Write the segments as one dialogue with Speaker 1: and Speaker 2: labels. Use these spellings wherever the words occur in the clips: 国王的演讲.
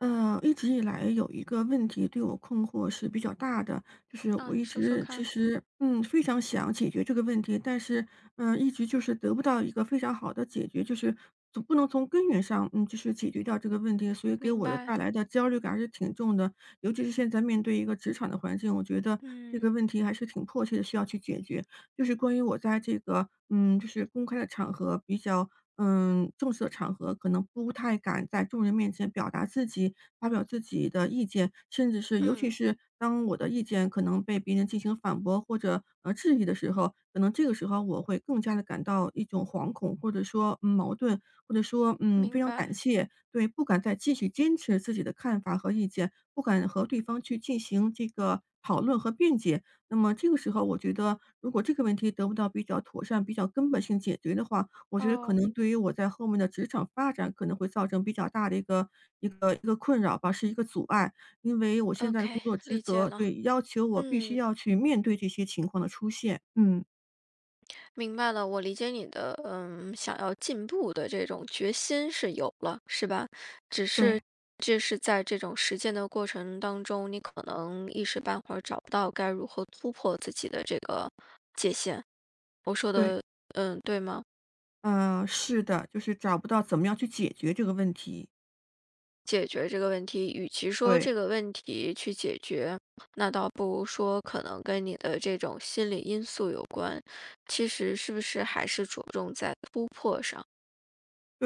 Speaker 1: 嗯，一直以来有一个问题对我困惑是比较大的，就是
Speaker 2: 啊，
Speaker 1: 我
Speaker 2: 你
Speaker 1: 一
Speaker 2: 说说
Speaker 1: 直其
Speaker 2: 看，
Speaker 1: 实非常想解决这个问题，但是一直就是得不到一个非常好的解决，就是总不能从根源上就是解决掉这个问题，所以给
Speaker 2: 明
Speaker 1: 我的
Speaker 2: 白，
Speaker 1: 带来的焦虑感还是挺重的，尤其是现在面对一个职场的环境，我觉得这个
Speaker 2: 嗯
Speaker 1: 问题还是挺迫切的，需要去解决。就是关于我在这个，就是公开的场合比较，正式的场合，可能不太敢在众人面前表达自己，发表自己的意见，甚至是尤其
Speaker 2: 嗯，
Speaker 1: 是当我的意见可能被别人进行反驳或者质疑的时候，可能这个时候我会更加的感到一种惶恐，或者说矛盾，或者说非
Speaker 2: 明
Speaker 1: 常胆
Speaker 2: 白，
Speaker 1: 怯，对，不敢再继续坚持自己的看法和意见，不敢和对方去进行这个讨论和辩解。那么这个时候我觉得，如果这个问题得不到比较妥善、比较根本性解决的话，我觉得可
Speaker 2: 哦
Speaker 1: 能对于我在后面的职场发展可能会造成比较大的一个困扰吧，是一个阻碍。因为我现在
Speaker 2: ，OK，
Speaker 1: 的工作职
Speaker 2: 理解
Speaker 1: 责
Speaker 2: 了，
Speaker 1: 对，要求我必须
Speaker 2: 嗯，
Speaker 1: 要去面对这些情况的出现。嗯，
Speaker 2: 明白了，我理解你的，嗯，想要进步的这种决心是有了，是吧？只是
Speaker 1: 对，
Speaker 2: 这是在这种实践的过程当中，你可能一时半会儿找不到该如何突破自己的这个界限，我说
Speaker 1: 对，
Speaker 2: 的，嗯，对吗？
Speaker 1: 是的，就是找不到怎么样去解决这个问题。
Speaker 2: 解决这个问题，与其说
Speaker 1: 对，
Speaker 2: 这个问题去解决，那倒不如说可能跟你的这种心理因素有关。其实是不是还是着重在突破上？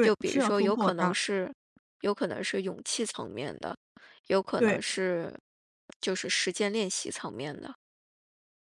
Speaker 2: 就比
Speaker 1: 是
Speaker 2: 如
Speaker 1: 要
Speaker 2: 说，
Speaker 1: 突破它，
Speaker 2: 有可能是勇气层面的，有可能
Speaker 1: 对。
Speaker 2: 是就是实践练习层面的。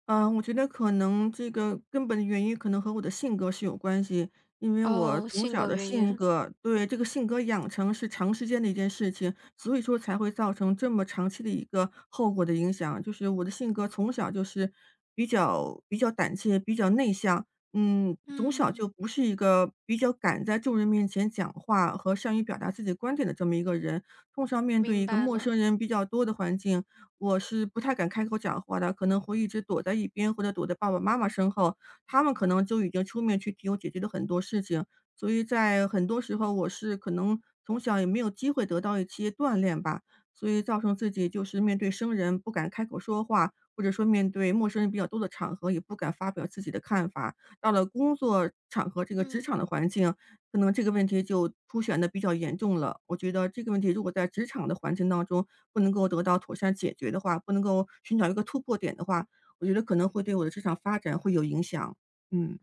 Speaker 1: 嗯，我觉得可能这个根本的原因可能和我的性格是有关系，因为我
Speaker 2: 哦，
Speaker 1: 从
Speaker 2: 性
Speaker 1: 小
Speaker 2: 格
Speaker 1: 的
Speaker 2: 原
Speaker 1: 性
Speaker 2: 因，
Speaker 1: 格对，这个性格养成是长时间的一件事情，所以说才会造成这么长期的一个后果的影响。就是我的性格从小就是比较胆怯，比较内向，从小
Speaker 2: 嗯，
Speaker 1: 就不是一个比较敢在众人面前讲话和善于表达自己观点的这么一个人。通常面对
Speaker 2: 明
Speaker 1: 一个
Speaker 2: 白
Speaker 1: 陌
Speaker 2: 了，
Speaker 1: 生人比较多的环境，我是不太敢开口讲话的，可能会一直躲在一边，或者躲在爸爸妈妈身后，他们可能就已经出面去替我解决了很多事情。所以在很多时候，我是可能从小也没有机会得到一些锻炼吧，所以造成自己就是面对生人不敢开口说话，或者说面对陌生人比较多的场合也不敢发表自己的看法。到了工作场合，这个职
Speaker 2: 嗯。
Speaker 1: 场的环境，可能这个问题就凸显的比较严重了。我觉得这个问题如果在职场的环境当中不能够得到妥善解决的话，不能够寻找一个突破点的话，我觉得可能会对我的职场发展会有影响。嗯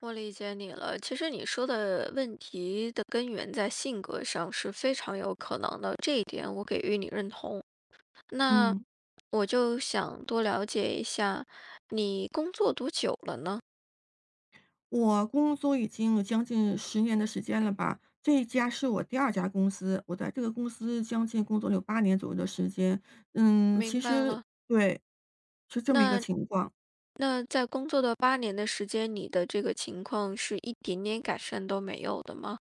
Speaker 2: 我理解你了。其实你说的问题的根源在性格上是非常有可能的，这一点我给予你认同。那
Speaker 1: 嗯，
Speaker 2: 我就想多了解一下，你工作多久了呢？
Speaker 1: 我工作已经有将近10年的时间了吧，这一家是我第二家公司，我在这个公司将近工作了有8年左右的时间。其
Speaker 2: 明白
Speaker 1: 实
Speaker 2: 了。
Speaker 1: 对，是这么一个
Speaker 2: 那
Speaker 1: 情况。
Speaker 2: 那在工作的8年的时间，你的这个情况是一点点改善都没有的吗？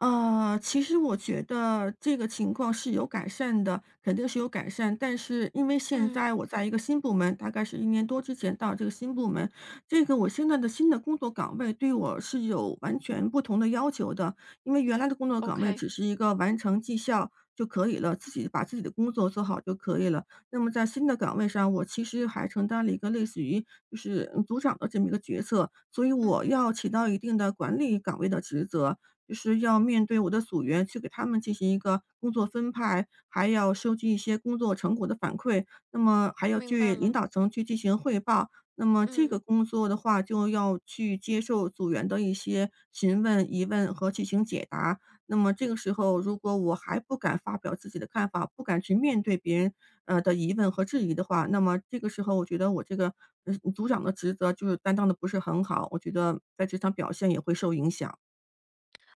Speaker 1: 其实我觉得这个情况是有改善的，肯定是有改善。但是因为现
Speaker 2: 嗯
Speaker 1: 在我在一个新部门，大概是一年多之前到这个新部门，这个我现在的新的工作岗位对我是有完全不同的要求的。因为原来的工作岗位
Speaker 2: ，OK，
Speaker 1: 只是一个完成绩效就可以了，自己把自己的工作做好就可以了。那么在新的岗位上，我其实还承担了一个类似于就是组长的这么一个角色，所以
Speaker 2: 嗯
Speaker 1: 我
Speaker 2: 嗯，
Speaker 1: 要起到一定的管理岗位的职责。就是要面对我的组员去给他们进行一个工作分派，还要收集一些工作成果的反馈，那么还要
Speaker 2: 明白
Speaker 1: 去领
Speaker 2: 了，
Speaker 1: 导层去进行汇报。那么这个
Speaker 2: 嗯。
Speaker 1: 工作的话，就要去接受组员的一些询问、疑问和进行解答。那么这个时候，如果我还不敢发表自己的看法，不敢去面对别人的疑问和质疑的话，那么这个时候，我觉得我这个组长的职责就是担当的不是很好，我觉得在职场表现也会受影响。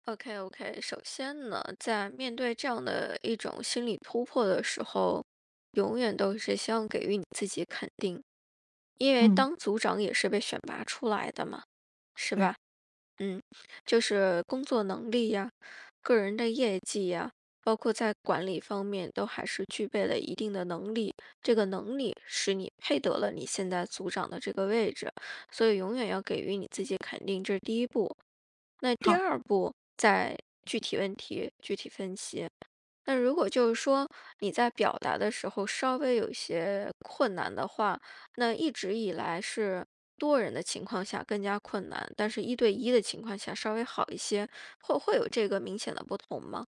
Speaker 2: OK OK，首先呢，在面对这样的一种心理突破的时候，永远都是希望给予你自己肯定，因为
Speaker 1: 嗯，
Speaker 2: 当组长也是被选拔出来的嘛，是吧？
Speaker 1: 对。
Speaker 2: 嗯，就是工作能力呀，个人的业绩呀，包括在管理方面都还是具备了一定的能力。这个能力使你配得了你现在组长的这个位置，所以永远要给予你自己肯定，这是第一步。那第
Speaker 1: 好，
Speaker 2: 二步，再具体问题具体分析。那如果就是说你在表达的时候稍微有一些困难的话，那一直以来是多人的情况下更加困难，但是一对一的情况下稍微好一些，会有这个明显的不同吗？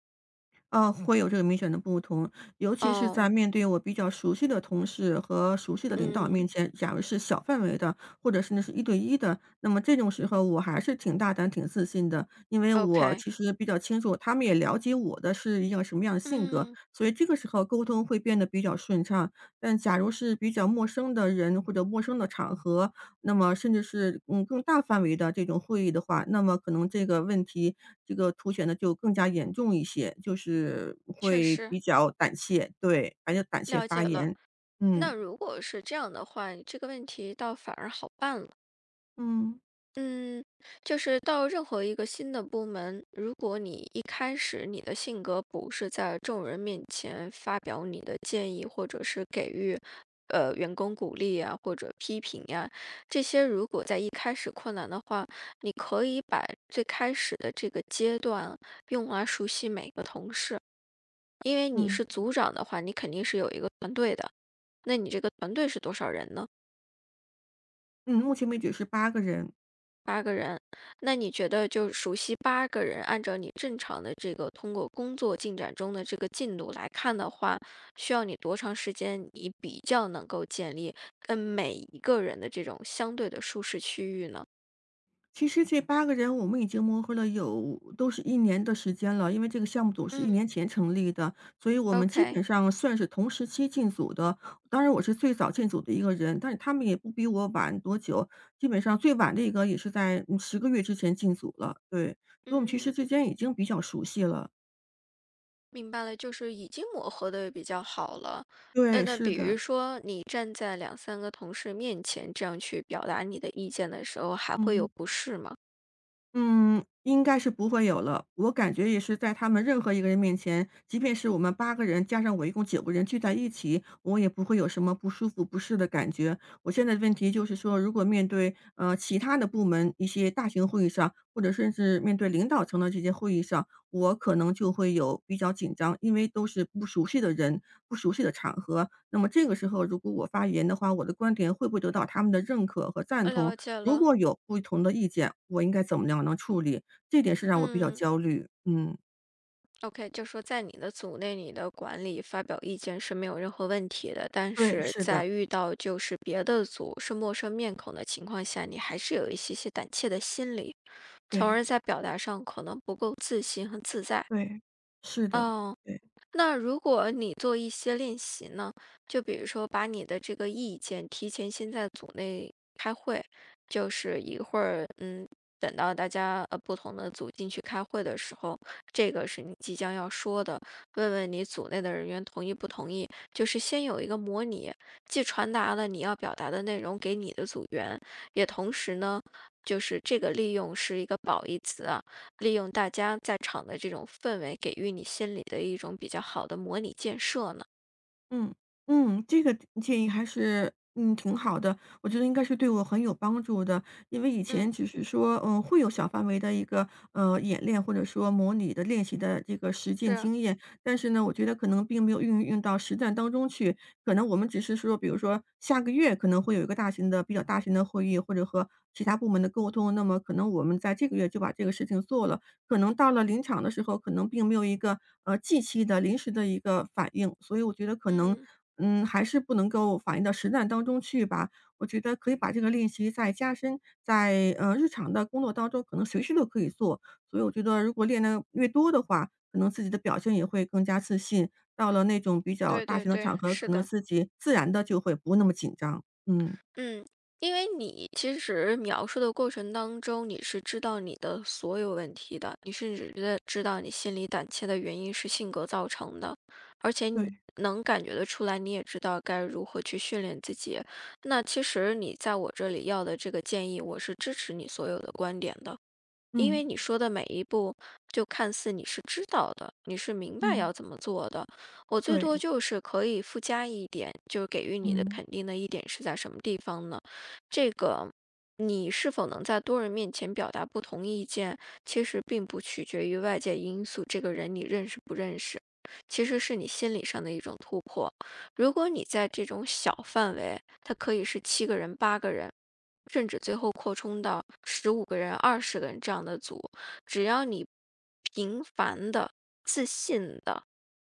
Speaker 1: 会有这个明显的不同，尤其是在
Speaker 2: 哦，
Speaker 1: 面对我比较熟悉的同事和熟悉的领导
Speaker 2: 嗯
Speaker 1: 面前，假如是小范围的，或者是至是一对一的，那么这种时候我还是挺大胆、挺自信的，因为我
Speaker 2: ，OK，
Speaker 1: 其实比较清楚，他们也了解我的是一个什么样的性格，
Speaker 2: 嗯，
Speaker 1: 所以这个时候沟通会变得比较顺畅。但假如是比较陌生的人或者陌生的场合，那么甚至是，更大范围的这种会议的话，那么可能这个问题，这个凸显的就更加严重一些，就是
Speaker 2: 确
Speaker 1: 会
Speaker 2: 实
Speaker 1: 比较胆怯，对，而且胆怯
Speaker 2: 了
Speaker 1: 发
Speaker 2: 解了。
Speaker 1: 言。嗯，
Speaker 2: 那如果是这样的话，这个问题倒反而好办了。
Speaker 1: 嗯。
Speaker 2: 嗯，就是到任何一个新的部门，如果你一开始你的性格不是在众人面前发表你的建议，或者是给予员工鼓励啊，或者批评呀、这些如果在一开始困难的话，你可以把最开始的这个阶段用来熟悉每个同事，因为你
Speaker 1: 嗯，
Speaker 2: 是组长的话，你肯定是有一个团队的，那你这个团队是多少人呢？
Speaker 1: 嗯，目前为止是八个人。
Speaker 2: 八个人，那你觉得就熟悉八个人，按照你正常的这个通过工作进展中的这个进度来看的话，需要你多长时间，你比较能够建立跟每一个人的这种相对的舒适区域呢
Speaker 1: 其实这八个人我们已经磨合了有都是一年的时间了，因为这个项目组是一
Speaker 2: 嗯
Speaker 1: 年前成立的，所以我们基
Speaker 2: ？OK，
Speaker 1: 本上算是同时期进组的。当然我是最早进组的一个人，但是他们也不比我晚多久，基本上最晚的一个也是在，10个月之前进组了，对。所以我们其实
Speaker 2: 嗯，
Speaker 1: 之间已经比较熟悉了，
Speaker 2: 明白了，就是已经磨合的比较好了。
Speaker 1: 对，
Speaker 2: 那
Speaker 1: 是
Speaker 2: 比
Speaker 1: 的，
Speaker 2: 如说你站在两三个同事面前这样去表达你的意见的时候，还会有
Speaker 1: 嗯。
Speaker 2: 不适吗？
Speaker 1: 嗯，应该是不会有了。我感觉也是在他们任何一个人面前，即便是我们八个人，加上我一共9个人聚在一起，我也不会有什么不舒服、不适的感觉。我现在的问题就是说，如果面对，其他的部门一些大型会议上，或者甚至面对领导层的这些会议上，我可能就会有比较紧张，因为都是不熟悉的人、不熟悉的场合。那么这个时候如果我发言的话，我的观点会不会得到他们的认可和赞
Speaker 2: 我
Speaker 1: 同，
Speaker 2: 了解
Speaker 1: 如
Speaker 2: 了，
Speaker 1: 果有不同的意见，我应该怎么样能处理？这点是让我比较
Speaker 2: 嗯。
Speaker 1: 焦虑。嗯，
Speaker 2: OK，就说在你的组内，你的管理发表意见是没有任何问题的，但
Speaker 1: 对，
Speaker 2: 是
Speaker 1: 是的，
Speaker 2: 在遇到就是别的组是陌生面孔的情况下，你还是有一些些胆怯的心理，从
Speaker 1: 对，
Speaker 2: 而在表达上可能不够自信和自在。
Speaker 1: 对，是的，
Speaker 2: 哦，
Speaker 1: 对。
Speaker 2: 那如果你做一些练习呢，就比如说把你的这个意见提前先在组内开会，就是一会儿，嗯，等到大家不同的组进去开会的时候，这个是你即将要说的，问问你组内的人员同意不同意，就是先有一个模拟，既传达了你要表达的内容给你的组员，也同时呢，就是这个利用是一个褒义词啊。利用大家在场的这种氛围，给予你心里的一种比较好的模拟建设呢？
Speaker 1: 嗯，嗯，这个建议还是，挺好的，我觉得应该是对我很有帮助的。因为以
Speaker 2: 嗯，
Speaker 1: 前只是说，会有小范围的一个，演练或者说模拟的练习的这个实践
Speaker 2: 是，
Speaker 1: 经验，但是呢，我觉得可能并没有运用到实战当中去。可能我们只是说，比如说下个月可能会有一个大型的比较大型的会议，或者和其他部门的沟通，那么可能我们在这个月就把这个事情做了，可能到了临场的时候，可能并没有一个，即期的临时的一个反应。所以我觉得可能，
Speaker 2: 嗯，
Speaker 1: 还是不能够反映到实战当中去吧。我觉得可以把这个练习再加深，在，日常的工作当中，可能随时都可以做。所以我觉得如果练的越多的话，可能自己的表现也会更加自信，到了那种比较
Speaker 2: 对
Speaker 1: 大
Speaker 2: 对
Speaker 1: 型的
Speaker 2: 对，
Speaker 1: 场合，
Speaker 2: 是
Speaker 1: 可能
Speaker 2: 的，
Speaker 1: 自己自然的就会不那么紧张。嗯，
Speaker 2: 嗯，因为你其实描述的过程当中，你是知道你的所有问题的，你甚至觉得知道你心里胆怯的原因是性格造成的，而且你
Speaker 1: 对，
Speaker 2: 能感觉得出来，你也知道该如何去训练自己。那其实你在我这里要的这个建议，我是支持你所有的观点的。因
Speaker 1: 嗯，
Speaker 2: 为你说的每一步，就看似你是知道的，你是明白
Speaker 1: 嗯，
Speaker 2: 要怎么做的。我最多
Speaker 1: 对，
Speaker 2: 就是可以附加一点，就是给予你的
Speaker 1: 嗯，
Speaker 2: 肯定的一点是在什么地方呢？这个你是否能在多人面前表达不同意见，其实并不取决于外界因素，这个人你认识不认识，其实是你心理上的一种突破。如果你在这种小范围，它可以是7个人、八个人。甚至最后扩充到15个人、20个人这样的组，只要你频繁的、自信的、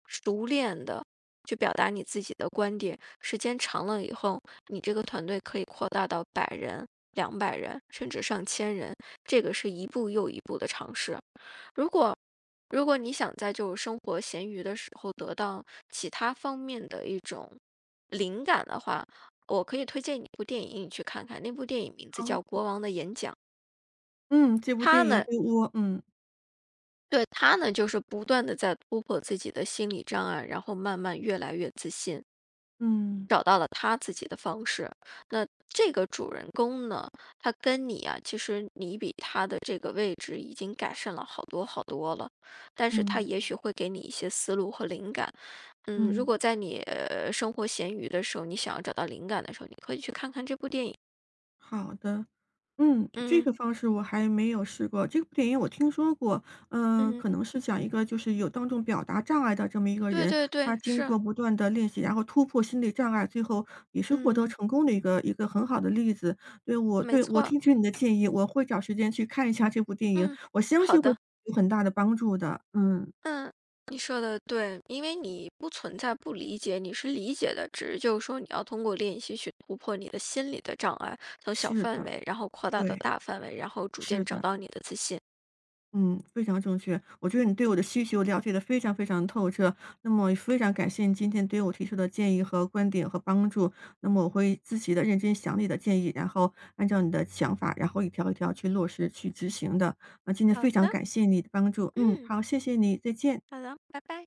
Speaker 2: 熟练的去表达你自己的观点，时间长了以后，你这个团队可以扩大到百人、200人，甚至上千人，这个是一步又一步的尝试。如果如果你想在就种生活闲鱼的时候得到其他方面的一种灵感的话，我可以推荐你一部电影，你去看看。那部电影名字叫
Speaker 1: 好，
Speaker 2: 《国王的演讲》，
Speaker 1: 嗯，这部
Speaker 2: 他
Speaker 1: 电影
Speaker 2: 呢，
Speaker 1: 对，我。
Speaker 2: 对他呢，就是不断的在突破自己的心理障碍，然后慢慢越来越自信。
Speaker 1: 嗯，
Speaker 2: 找到了他自己的方式。那这个主人公呢，他跟你啊，其实你比他的这个位置已经改善了好多好多了，但是他
Speaker 1: 嗯，
Speaker 2: 也许会给你一些思路和灵感。嗯，如
Speaker 1: 嗯，
Speaker 2: 果在你生活闲鱼的时候，你想要找到灵感的时候，你可以去看看这部电影。
Speaker 1: 好的。嗯，这
Speaker 2: 嗯
Speaker 1: 个方式我还没有试过。这部电影我听说过，嗯，
Speaker 2: 嗯，
Speaker 1: 可能是讲一个就是有当众表达障碍的这么一个
Speaker 2: 对
Speaker 1: 人，
Speaker 2: 对
Speaker 1: 他
Speaker 2: 对，
Speaker 1: 经
Speaker 2: 是，
Speaker 1: 过不断的练习，然后突破心理障碍，最后也是获得
Speaker 2: 嗯，
Speaker 1: 成功的一个很好的例子。对，
Speaker 2: 没
Speaker 1: 我
Speaker 2: 错，
Speaker 1: 听取你的建议，我会找时间去看一下这部电影，
Speaker 2: 嗯，
Speaker 1: 我相
Speaker 2: 好
Speaker 1: 信会
Speaker 2: 的。
Speaker 1: 有很大的帮助的。嗯，
Speaker 2: 嗯，你说的对，因为你不存在不理解，你是理解的，只是就是说你要通过练习去突破你的心理的障碍，从小
Speaker 1: 是
Speaker 2: 范
Speaker 1: 的，
Speaker 2: 围，然后扩大到
Speaker 1: 对，
Speaker 2: 大范围，然后逐渐
Speaker 1: 是
Speaker 2: 找
Speaker 1: 的。
Speaker 2: 到你的自信。
Speaker 1: 嗯，非常正确。我觉得你对我的需求了解的非常非常透彻，那么也非常感谢你今天对我提出的建议和观点和帮助。那么我会仔细的认真想你的建议，然后按照你的想法，然后一条一条去落实、去执行的。那今天
Speaker 2: 好
Speaker 1: 非常
Speaker 2: 的，
Speaker 1: 感谢你的帮助，嗯，
Speaker 2: 嗯，
Speaker 1: 好，谢谢你，再见。
Speaker 2: 好的，拜拜。